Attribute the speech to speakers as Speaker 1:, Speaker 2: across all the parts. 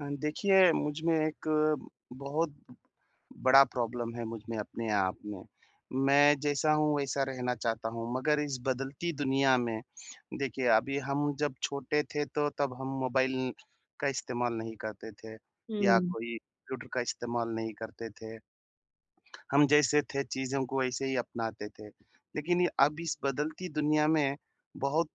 Speaker 1: देखिए मुझ में एक बहुत बड़ा प्रॉब्लम है मुझ में अपने आप में। मैं जैसा हूँ वैसा रहना चाहता हूँ मगर इस बदलती दुनिया में देखिए अभी हम जब छोटे थे तो तब हम मोबाइल का इस्तेमाल नहीं करते थे या
Speaker 2: हुँ।
Speaker 1: कोई कंप्यूटर का इस्तेमाल नहीं करते थे। हम जैसे थे चीज़ों को वैसे ही अपनाते थे। लेकिन अब इस बदलती दुनिया में बहुत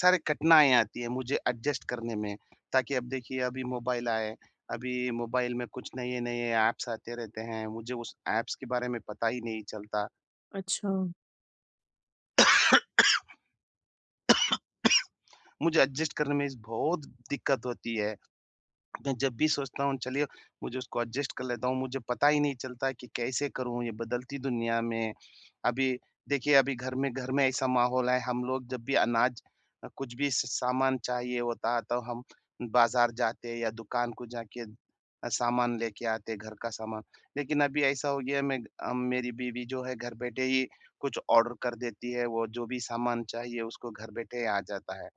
Speaker 1: सारी कठिनाइयाँ आती हैं मुझे एडजस्ट करने में, ताकि अब देखिए अभी मोबाइल आए, अभी मोबाइल में कुछ नए-नए ऐप्स आते रहते हैं, मुझे उस ऐप्स के बारे में पता ही नहीं चलता।
Speaker 2: अच्छा।
Speaker 1: मुझे एडजस्ट करने में इस बहुत दिक्कत होती है। मैं जब भी सोचता हूँ चलिए मुझे उसको एडजस्ट कर लेता हूँ, मुझे पता ही नहीं चलता है कि कैसे करूँ ये बदलती दुनिया में। अभी देखिए अभी घर में ऐसा माहौल है, हम लोग जब भी अनाज कुछ भी स सामान चाहिए होता है तो हम बाज़ार जाते हैं या दुकान को जाके सामान लेके आते हैं घर का सामान। लेकिन अभी ऐसा हो गया है मेरी बीवी जो है घर बैठे ही कुछ ऑर्डर कर देती है, वो जो भी सामान चाहिए उसको घर बैठे ही आ जाता है।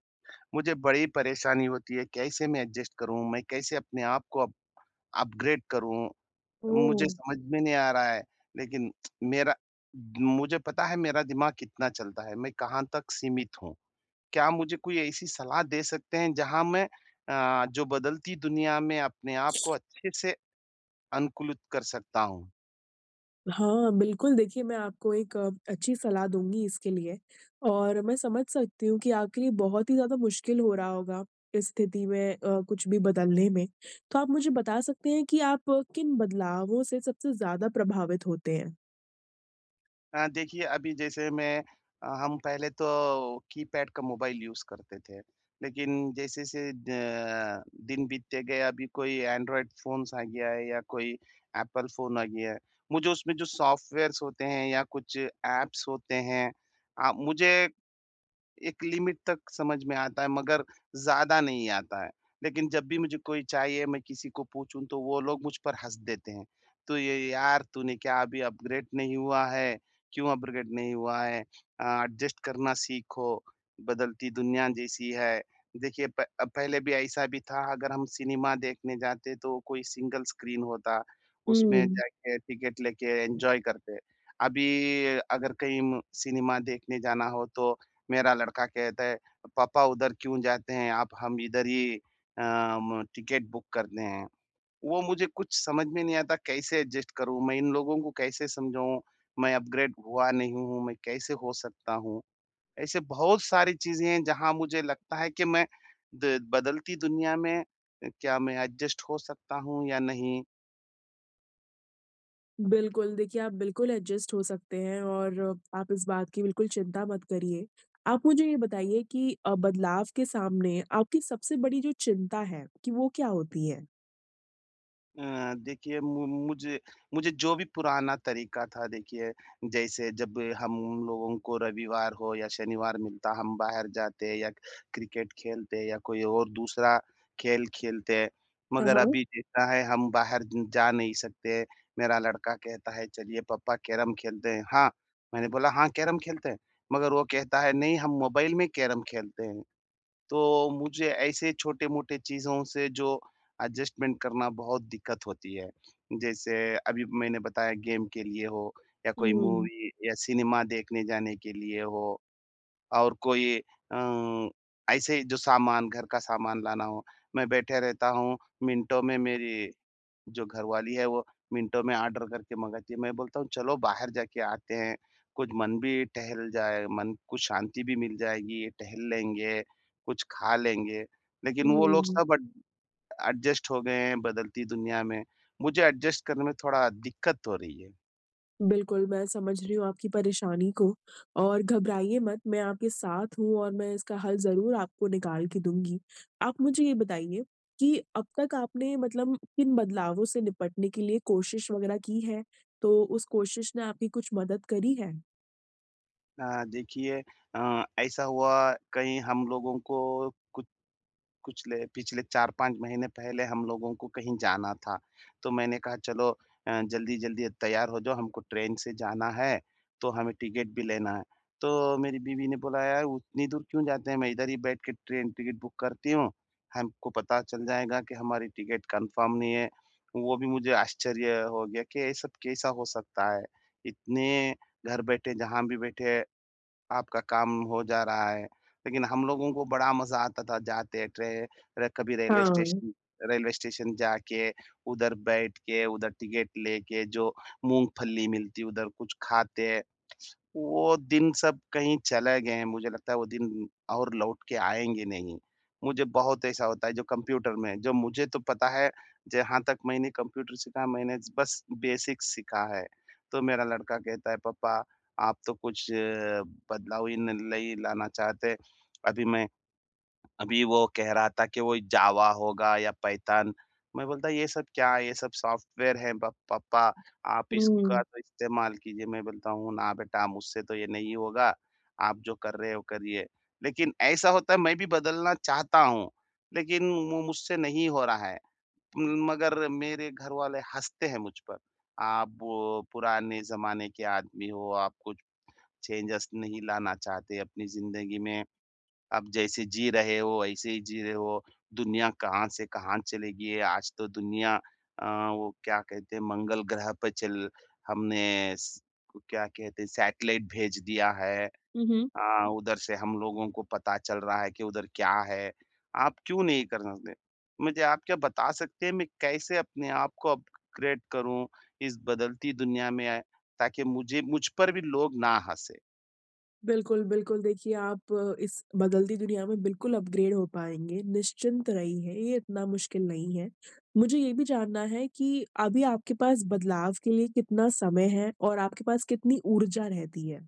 Speaker 1: मुझे बड़ी परेशानी होती है, कैसे मैं एडजस्ट करूँ? मैं कैसे अपने आप को अप अपग्रेड करूँ?
Speaker 2: ओह!
Speaker 1: मुझे समझ में नहीं आ रहा है, लेकिन मेरा मुझे पता है मेरा दिमाग कितना चलता है, मैं कहाँ तक सीमित हूँ। क्या मुझे कोई ऐसी सलाह दे सकते हैं जहाँ मैं जो बदलती दुनिया में अपने आप को अच्छे से अनुकूलित कर सकता हूँ?
Speaker 2: हाँ, बिल्कुल देखिए, मैं आपको एक अच्छी सलाह दूँगी इसके लिए, और मैं समझ सकती हूँ कि आपके लिए बहुत ही ज़्यादा मुश्किल हो रहा होगा इस स्थिति में कुछ भी बदलने में। तो आप मुझे बता सकते हैं कि आप किन बदलावों से सबसे ज़्यादा प्रभावित होते हैं?
Speaker 1: देखिए अभी जैसे हम पहले तो कीपैड का मोबाइल यूज़ करते थे। लेकिन जैसे से द दिन बीतते गए अभी कोई एंड्रॉयड फ़ोन्स आ गया है या कोई एप्पल फ़ोन आ गया है। मुझे उसमें जो सॉफ्टवेयर्स होते हैं या कुछ ऐप्स होते हैं मुझे एक लिमिट तक समझ में आता है मगर ज़्यादा नहीं आता है। लेकिन जब भी मुझे कोई चाहिए मैं किसी को पूछूँ तो वो लोग मुझ पर हँस देते हैं। तो ये यार तूने क्या अभी अपग्रेड नहीं हुआ है? क्यों अपग्रेड नहीं हुआ है? एडजस्ट करना सीखो, बदलती दुनिया जैसी है। देखिए प पहले भी ऐसा भी था अगर हम सिनेमा देखने जाते तो कोई सिंगल स्क्रीन होता, उसमें
Speaker 2: हुँ।
Speaker 1: जाके टिकट लेके एन्जॉय करते। अभी अगर कहीं सिनेमा देखने जाना हो तो मेरा लड़का कहता है, "पापा उधर क्यों जाते हैं आप? हम इधर ही टिकट बुक करते हैं।" वो मुझे कुछ समझ में नहीं आता कैसे एडजस्ट करूँ? मैं इन लोगों को कैसे समझाऊँ? मैं अपग्रेड हुआ नहीं हूँ, मैं कैसे हो सकता हूँ? ऐसे बहुत सारी चीज़ें हैं जहाँ मुझे लगता है कि मैं द बदलती दुनिया में क्या मैं एडजस्ट हो सकता हूँ या नहीं?
Speaker 2: बिल्कुल, देखिए आप बिल्कुल एडजस्ट हो सकते हैं, और आप इस बात की बिल्कुल चिंता मत करिए। आप मुझे ये बताइए कि बदलाव के सामने आपकी सबसे बड़ी जो चिंता है कि वो क्या होती है?
Speaker 1: देखिए मु मुझे मुझे जो भी पुराना तरीका था देखिए, जैसे जब हम लोगों को रविवार हो या शनिवार मिलता, हम बाहर जाते या क्रिकेट खेलते या कोई और दूसरा खेल खेलते।
Speaker 2: हाँ,
Speaker 1: मगर
Speaker 2: हाँ।
Speaker 1: अभी जैसा है हम बाहर ज जा नहीं सकते। मेरा लड़का कहता है चलिए पापा कैरम खेलते हैं। हाँ, मैंने बोला हाँ, कैरम खेलते हैं। मगर वो कहता है नहीं हम मोबाइल में कैरम खेलते हैं। तो मुझे ऐसे छोटे-मोटे चीज़ों से जो एडजस्टमेंट करना बहुत दिक्कत होती है। जैसे अभी मैंने बताया गेम के लिए हो या कोई
Speaker 2: हुँ,
Speaker 1: मूवी या सिनेमा देखने जाने के लिए हो और कोई अ, ऐसे ही जो सामान घर का सामान लाना हो, मैं बैठे रहता हूँ, मिनटों में मेरी जो घरवाली है वो मिनटों में ऑर्डर करके मँगाती है। मैं बोलता हूँ चलो बाहर जाके आते हैं, कुछ मन भी टहल जाए, मन को शांति भी मिल जाएगी, टहल लेंगे, कुछ खा लेंगे। लेकिन वो लोग
Speaker 2: हुँ।
Speaker 1: सब अड एडजस्ट हो गए हैं बदलती दुनिया में। मुझे एडजस्ट करने में थोड़ा दिक्कत हो रही है।
Speaker 2: बिल्कुल, मैं समझ रही हूँ आपकी परेशानी को, और घबराइए मत, मैं आपके साथ हूँ और मैं इसका हल ज़रूर आपको निकाल के दूँगी। आप मुझे ये बताइए कि अब तक आपने मतलब किन बदलावों से निपटने के लिए कोशिश वग़ैरह की है? तो उस कोशिश ने आपकी कुछ मदद करी है?
Speaker 1: देखिए ऐसा हुआ कहीं हम लोगों को कुछ कुछले पिछले 4-5 महीने पहले हम लोगों को कहीं जाना था। तो मैंने कहा चलो जल्दी-जल्दी तैयार हो जाओ हमको ट्रेन से जाना है, तो हमें टिकट भी लेना है। तो मेरी बीवी ने बोला यार उतनी दूर क्यों जाते हैं, मैं इधर ही बैठ के ट्रेन टिकट बुक करती हूँ। हमको पता चल जाएगा कि हमारी टिकट कन्फर्म नहीं है। वो भी मुझे आश्चर्य हो गया कि ये सब कैसा हो सकता है? इतने घर बैठे जहाँ भी बैठे आपका काम हो जा रहा है। लेकिन हम लोगों को बड़ा मज़ा आता था जाते ट्रे र कभी रेलवे
Speaker 2: हाँ।
Speaker 1: स्टेशन रेलवे स्टेशन जाके, उधर बैठ के, उधर टिकट लेके जो मूँगफली मिलती उधर कुछ खाते। वो दिन सब कहीं चले गए हैं, मुझे लगता है वो दिन और लौट के आएँगे नहीं। मुझे बहुत ऐसा होता है जो कंप्यूटर में जो मुझे तो पता है, जहाँ तक मैंने कंप्यूटर सीखा मैंने बस बेसिक सीखा है। तो मेरा लड़का कहता है पापा आप तो कुछ बदलाव ही नहीं लाना चाहते। अभी मैं अभी वो कह रहा था कि वो जावा होगा या पाइथन, मैं बोलता ये सब क्या है? ये सब सॉफ्टवेयर है प पापा, आप
Speaker 2: हुँ।
Speaker 1: इसका तो इस्तेमाल कीजिए। मैं बोलता हूँ ना बेटा मुझसे तो ये नहीं होगा, आप जो कर रहे हो करिए। लेकिन ऐसा होता है मैं भी बदलना चाहता हूँ, लेकिन मु मुझसे नहीं हो रहा है। मगर मेरे घर वाले हँसते हैं मुझ पर, आप वो पुराने ज़माने के आदमी हो, आप कुछ चेंजेस नहीं लाना चाहते अपनी ज़िंदगी में। आप जैसे जी रहे हो, वैसे ही जी रहे हो। दुनिया कहाँ से कहाँ चली गई है, आज तो दुनिया अ, वो क्या कहते हैं मंगल ग्रह पे चल हमने स क्या कहते हैं सैटेलाइट भेज दिया है।
Speaker 2: हुँ, हुँ।
Speaker 1: उधर से हम लोगों को पता चल रहा है कि उधर क्या है। आप क्यों नहीं कर सकते? मुझे आप क्या बता सकते हैं मैं कैसे अपने आप को अपग्रेड करूँ इस बदलती दुनिया में ताकि मुझे मुझ पर भी लोग ना हँसे?
Speaker 2: बिल्कुल, बिल्कुल देखिए आप इस बदलती दुनिया में बिल्कुल अपग्रेड हो पाएँगे, निश्चिंत रहिए, ये इतना मुश्किल नहीं है। मुझे ये भी जानना है कि अभी आपके पास बदलाव के लिए कितना समय है और आपके पास कितनी ऊर्जा रहती है?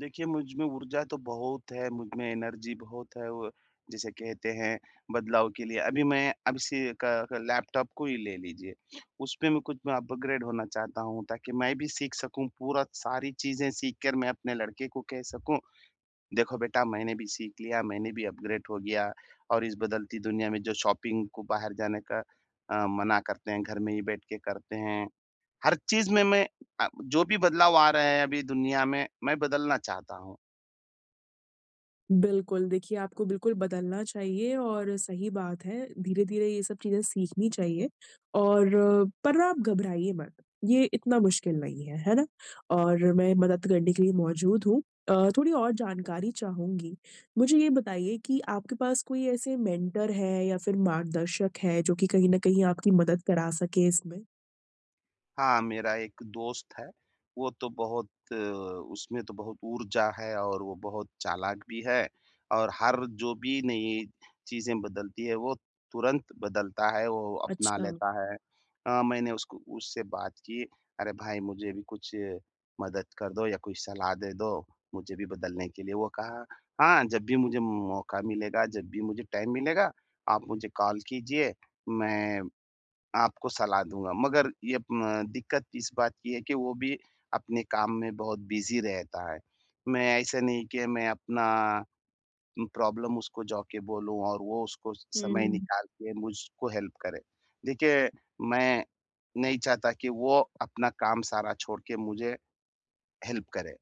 Speaker 1: देखिए, मुझ में ऊर्जा तो बहुत है, मुझ में एनर्जी बहुत है वो जिसे कहते हैं बदलाव के लिए। अभी मैं अब इसी का लैपटॉप को ही ले लीजिए, उसपे मैं अपग्रेड होना चाहता हूँ ताकि मैं भी सीख सकूँ, पूरा सारी चीज़ें सीख कर मैं अपने लड़के को कह सकूँ, देखो बेटा मैंने भी सीख लिया, मैंने भी अपग्रेड हो गया और इस बदलती दुनिया में जो शॉपिंग को बाहर जाने का मना करते हैं, घर में ही बैठ के करते हैं। हर चीज़ में मैं जो भी बदलाव आ रहे हैं अभी दुनिया में, मैं बदलना चाहता हूँ।
Speaker 2: बिल्कुल, देखिए आपको बिल्कुल बदलना चाहिए और सही बात है, धीरे-धीरे ये सब चीज़ें सीखनी चाहिए और पर ना आप घबराइए मत, ये इतना मुश्किल नहीं है, है ना? और मैं मदद करने के लिए मौजूद हूँ। थोड़ी और जानकारी चाहूँगी। मुझे ये बताइए कि आपके पास कोई ऐसे मेंटर है या फिर मार्गदर्शक है जो कि कहीं न कहीं आपकी मदद करा सके इसमें?
Speaker 1: हाँ, मेरा एक दोस्त है, वो तो बहुत उसमें तो बहुत ऊर्जा है और वो बहुत चालाक भी है और हर जो भी नई चीज़ें बदलती है, वो तुरंत बदलता है, वो अपना
Speaker 2: अच्छा।
Speaker 1: लेता है। मैंने उसको उससे बात की, "अरे भाई! मुझे भी कुछ मदद कर दो या कोई सलाह दे दो, मुझे भी बदलने के लिए।" वो कहा, "हाँ, जब भी मुझे मौका मिलेगा, जब भी मुझे टाइम मिलेगा, आप मुझे कॉल कीजिए, मैं" आपको सलाह दूँगा। मगर ये म दिक्कत इस बात की है कि वो भी अपने काम में बहुत बिज़ी रहता है। मैं ऐसा नहीं कि मैं अपना प्रॉब्लम उसको जाके बोलूँ और वो उसको समय
Speaker 2: हुँ।
Speaker 1: निकाल के मुझको हेल्प करे। देखिए, मैं नहीं चाहता कि वो अपना काम सारा छोड़ के मुझे हेल्प करे।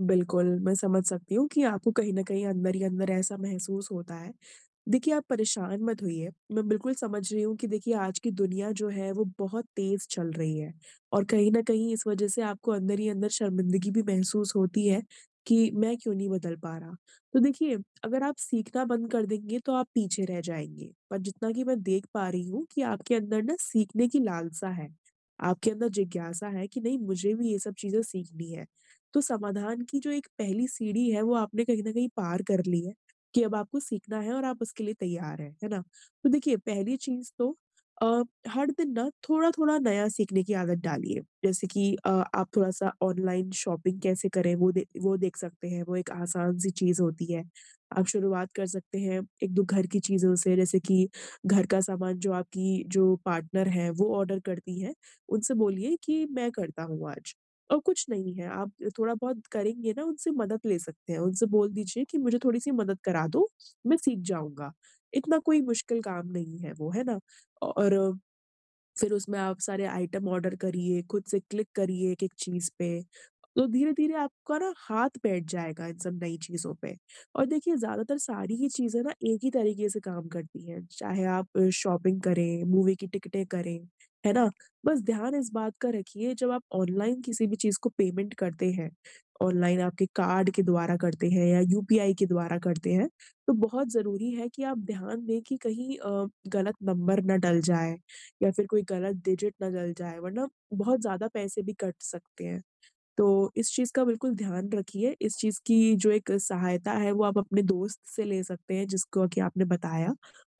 Speaker 2: बिल्कुल, मैं समझ सकती हूँ कि आपको कहीं न कहीं अंदर ही अंदर ऐसा महसूस होता है। देखिए, आप परेशान मत होइए। मैं बिल्कुल समझ रही हूँ कि देखिए आज की दुनिया जो है वो बहुत तेज़ चल रही है, और कहीं न कहीं इस वज़ह से आपको अंदर ही अंदर शर्मिंदगी भी महसूस होती है कि मैं क्यों नहीं बदल पा रहा। तो देखिए, अगर आप सीखना बंद कर देंगे तो आप पीछे रह जाएँगे। पर जितना कि मैं देख पा रही हूँ, कि आपके अंदर ना सीखने की लालसा है, आपके अंदर जिज्ञासा है कि नहीं, मुझे भी ये सब चीज़ें सीखनी है। तो समाधान की जो एक पहली सीढ़ी है वो आपने कहीं न कहीं पार कर ली है। कि अब आपको सीखना है और आप उसके लिए तैयार हैं, है ना? तो देखिए पहली चीज़ तो अ, हर दिन ना थोड़ा-थोड़ा नया सीखने की आदत डालिए। जैसे कि आप थोड़ा-सा ऑनलाइन शॉपिंग कैसे करें वो दे वो देख सकते हैं, वो एक आसान-सी चीज़ होती है। आप शुरुआत कर सकते हैं 1-2 घर की चीज़ों से, जैसे कि घर का सामान जो आपकी जो पार्टनर है वो ऑर्डर करती हैं, उनसे बोलिए कि मैं करता हूँ आज। और कुछ नहीं है, आप थोड़ा बहुत करेंगे ना, उनसे मदद ले सकते हैं, उनसे बोल दीजिए कि मुझे थोड़ी-सी मदद करा दो, मैं सीख जाऊँगा। इतना कोई मुश्किल काम नहीं है वो, है ना? और फिर उसमें आप सारे आइटम ऑर्डर करिए, खुद से क्लिक करिए एक-एक चीज़ पे। तो धीरे-धीरे आपका ना हाथ बैठ जाएगा इन सब नई चीज़ों पे। और देखिए ज़्यादातर सारी ही चीज़ें ना एक ही तरीके से काम करती हैं, चाहे आप शॉपिंग करें, मूवी की टिकटें करें, है ना? बस ध्यान इस बात का रखिए, जब आप ऑनलाइन किसी भी चीज़ को पेमेंट करते हैं, ऑनलाइन आपके कार्ड के द्वारा करते हैं या यूपीआई के द्वारा करते हैं, तो बहुत ज़रूरी है कि आप ध्यान दें कि कहीं गलत नंबर ना डल जाए या फिर कोई गलत डिजिट ना डल जाए, वरना बहुत ज़्यादा पैसे भी कट सकते हैं। तो इस चीज़ का बिल्कुल ध्यान रखिए, इस चीज़ की जो एक सहायता है वो आप अपने दोस्त से ले सकते हैं जिसको कि आपने बताया,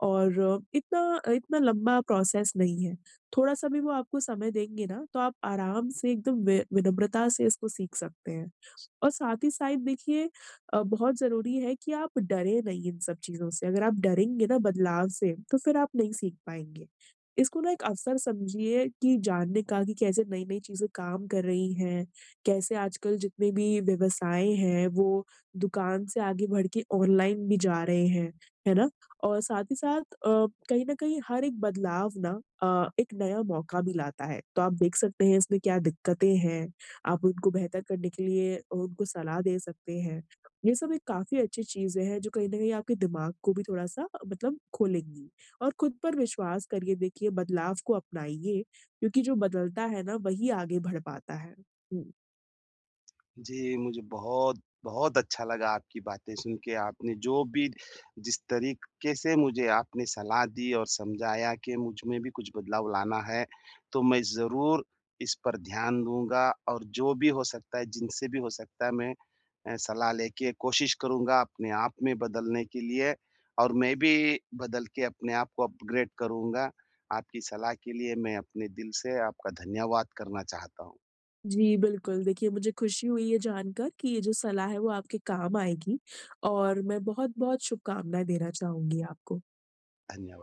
Speaker 2: और इतना इतना लंबा प्रोसेस नहीं है। थोड़ा-सा भी वो आपको समय देंगे ना, तो आप आराम से एकदम वि विनम्रता से इसको सीख सकते हैं। और साथ ही साथ देखिए बहुत ज़रूरी है कि आप डरें नहीं इन सब चीज़ों से। अगर आप डरेंगे ना बदलाव से, तो फिर आप नहीं सीख पाएँगे। इसको ना एक अवसर समझिए, कि जानने का कि कैसे नई-नई चीज़ें काम कर रही हैं, कैसे आजकल जितने भी व्यवसाय हैं, वो दुकान से आगे बढ़ के ऑनलाइन भी जा रहे हैं, है ना? और साथ ही साथ कहीं न कहीं हर एक बदलाव ना एक नया मौका भी लाता है। तो आप देख सकते हैं इसमें क्या दिक्कतें हैं, आप उनको बेहतर करने के लिए उनको सलाह दे सकते हैं। ये सब एक काफ़ी अच्छी चीज़ें हैं जो कहीं न कहीं आपके दिमाग को भी थोड़ा-सा मतलब खोलेंगी। और खुद पर विश्वास करिए देखिए, बदलाव को अपनाइए क्योंकि जो बदलता है ना वही आगे बढ़ पाता है। हुँ।
Speaker 1: जी, मुझे बहुत, बहुत अच्छा लगा आपकी बातें सुन के। आपने जो भी जिस तरीके से मुझे आपने सलाह दी और समझाया कि मुझ में भी कुछ बदलाव लाना है, तो मैं ज़रूर इस पर ध्यान दूँगा और जो भी हो सकता है, जिनसे भी हो सकता है मैं सलाह लेके कोशिश करूँगा अपने आप में बदलने के लिए और मैं भी बदल के अपने आप को अपग्रेड करूँगा। आपकी सलाह के लिए मैं अपने दिल से आपका धन्यवाद करना चाहता हूँ।
Speaker 2: जी, बिल्कुल। देखिए, मुझे खुशी हुई ये जानकर कि ये जो सलाह है वो आपके काम आएगी, और मैं बहुत-बहुत शुभकामनाएँ देना चाहूँगी आपको।
Speaker 1: धन्यवाद।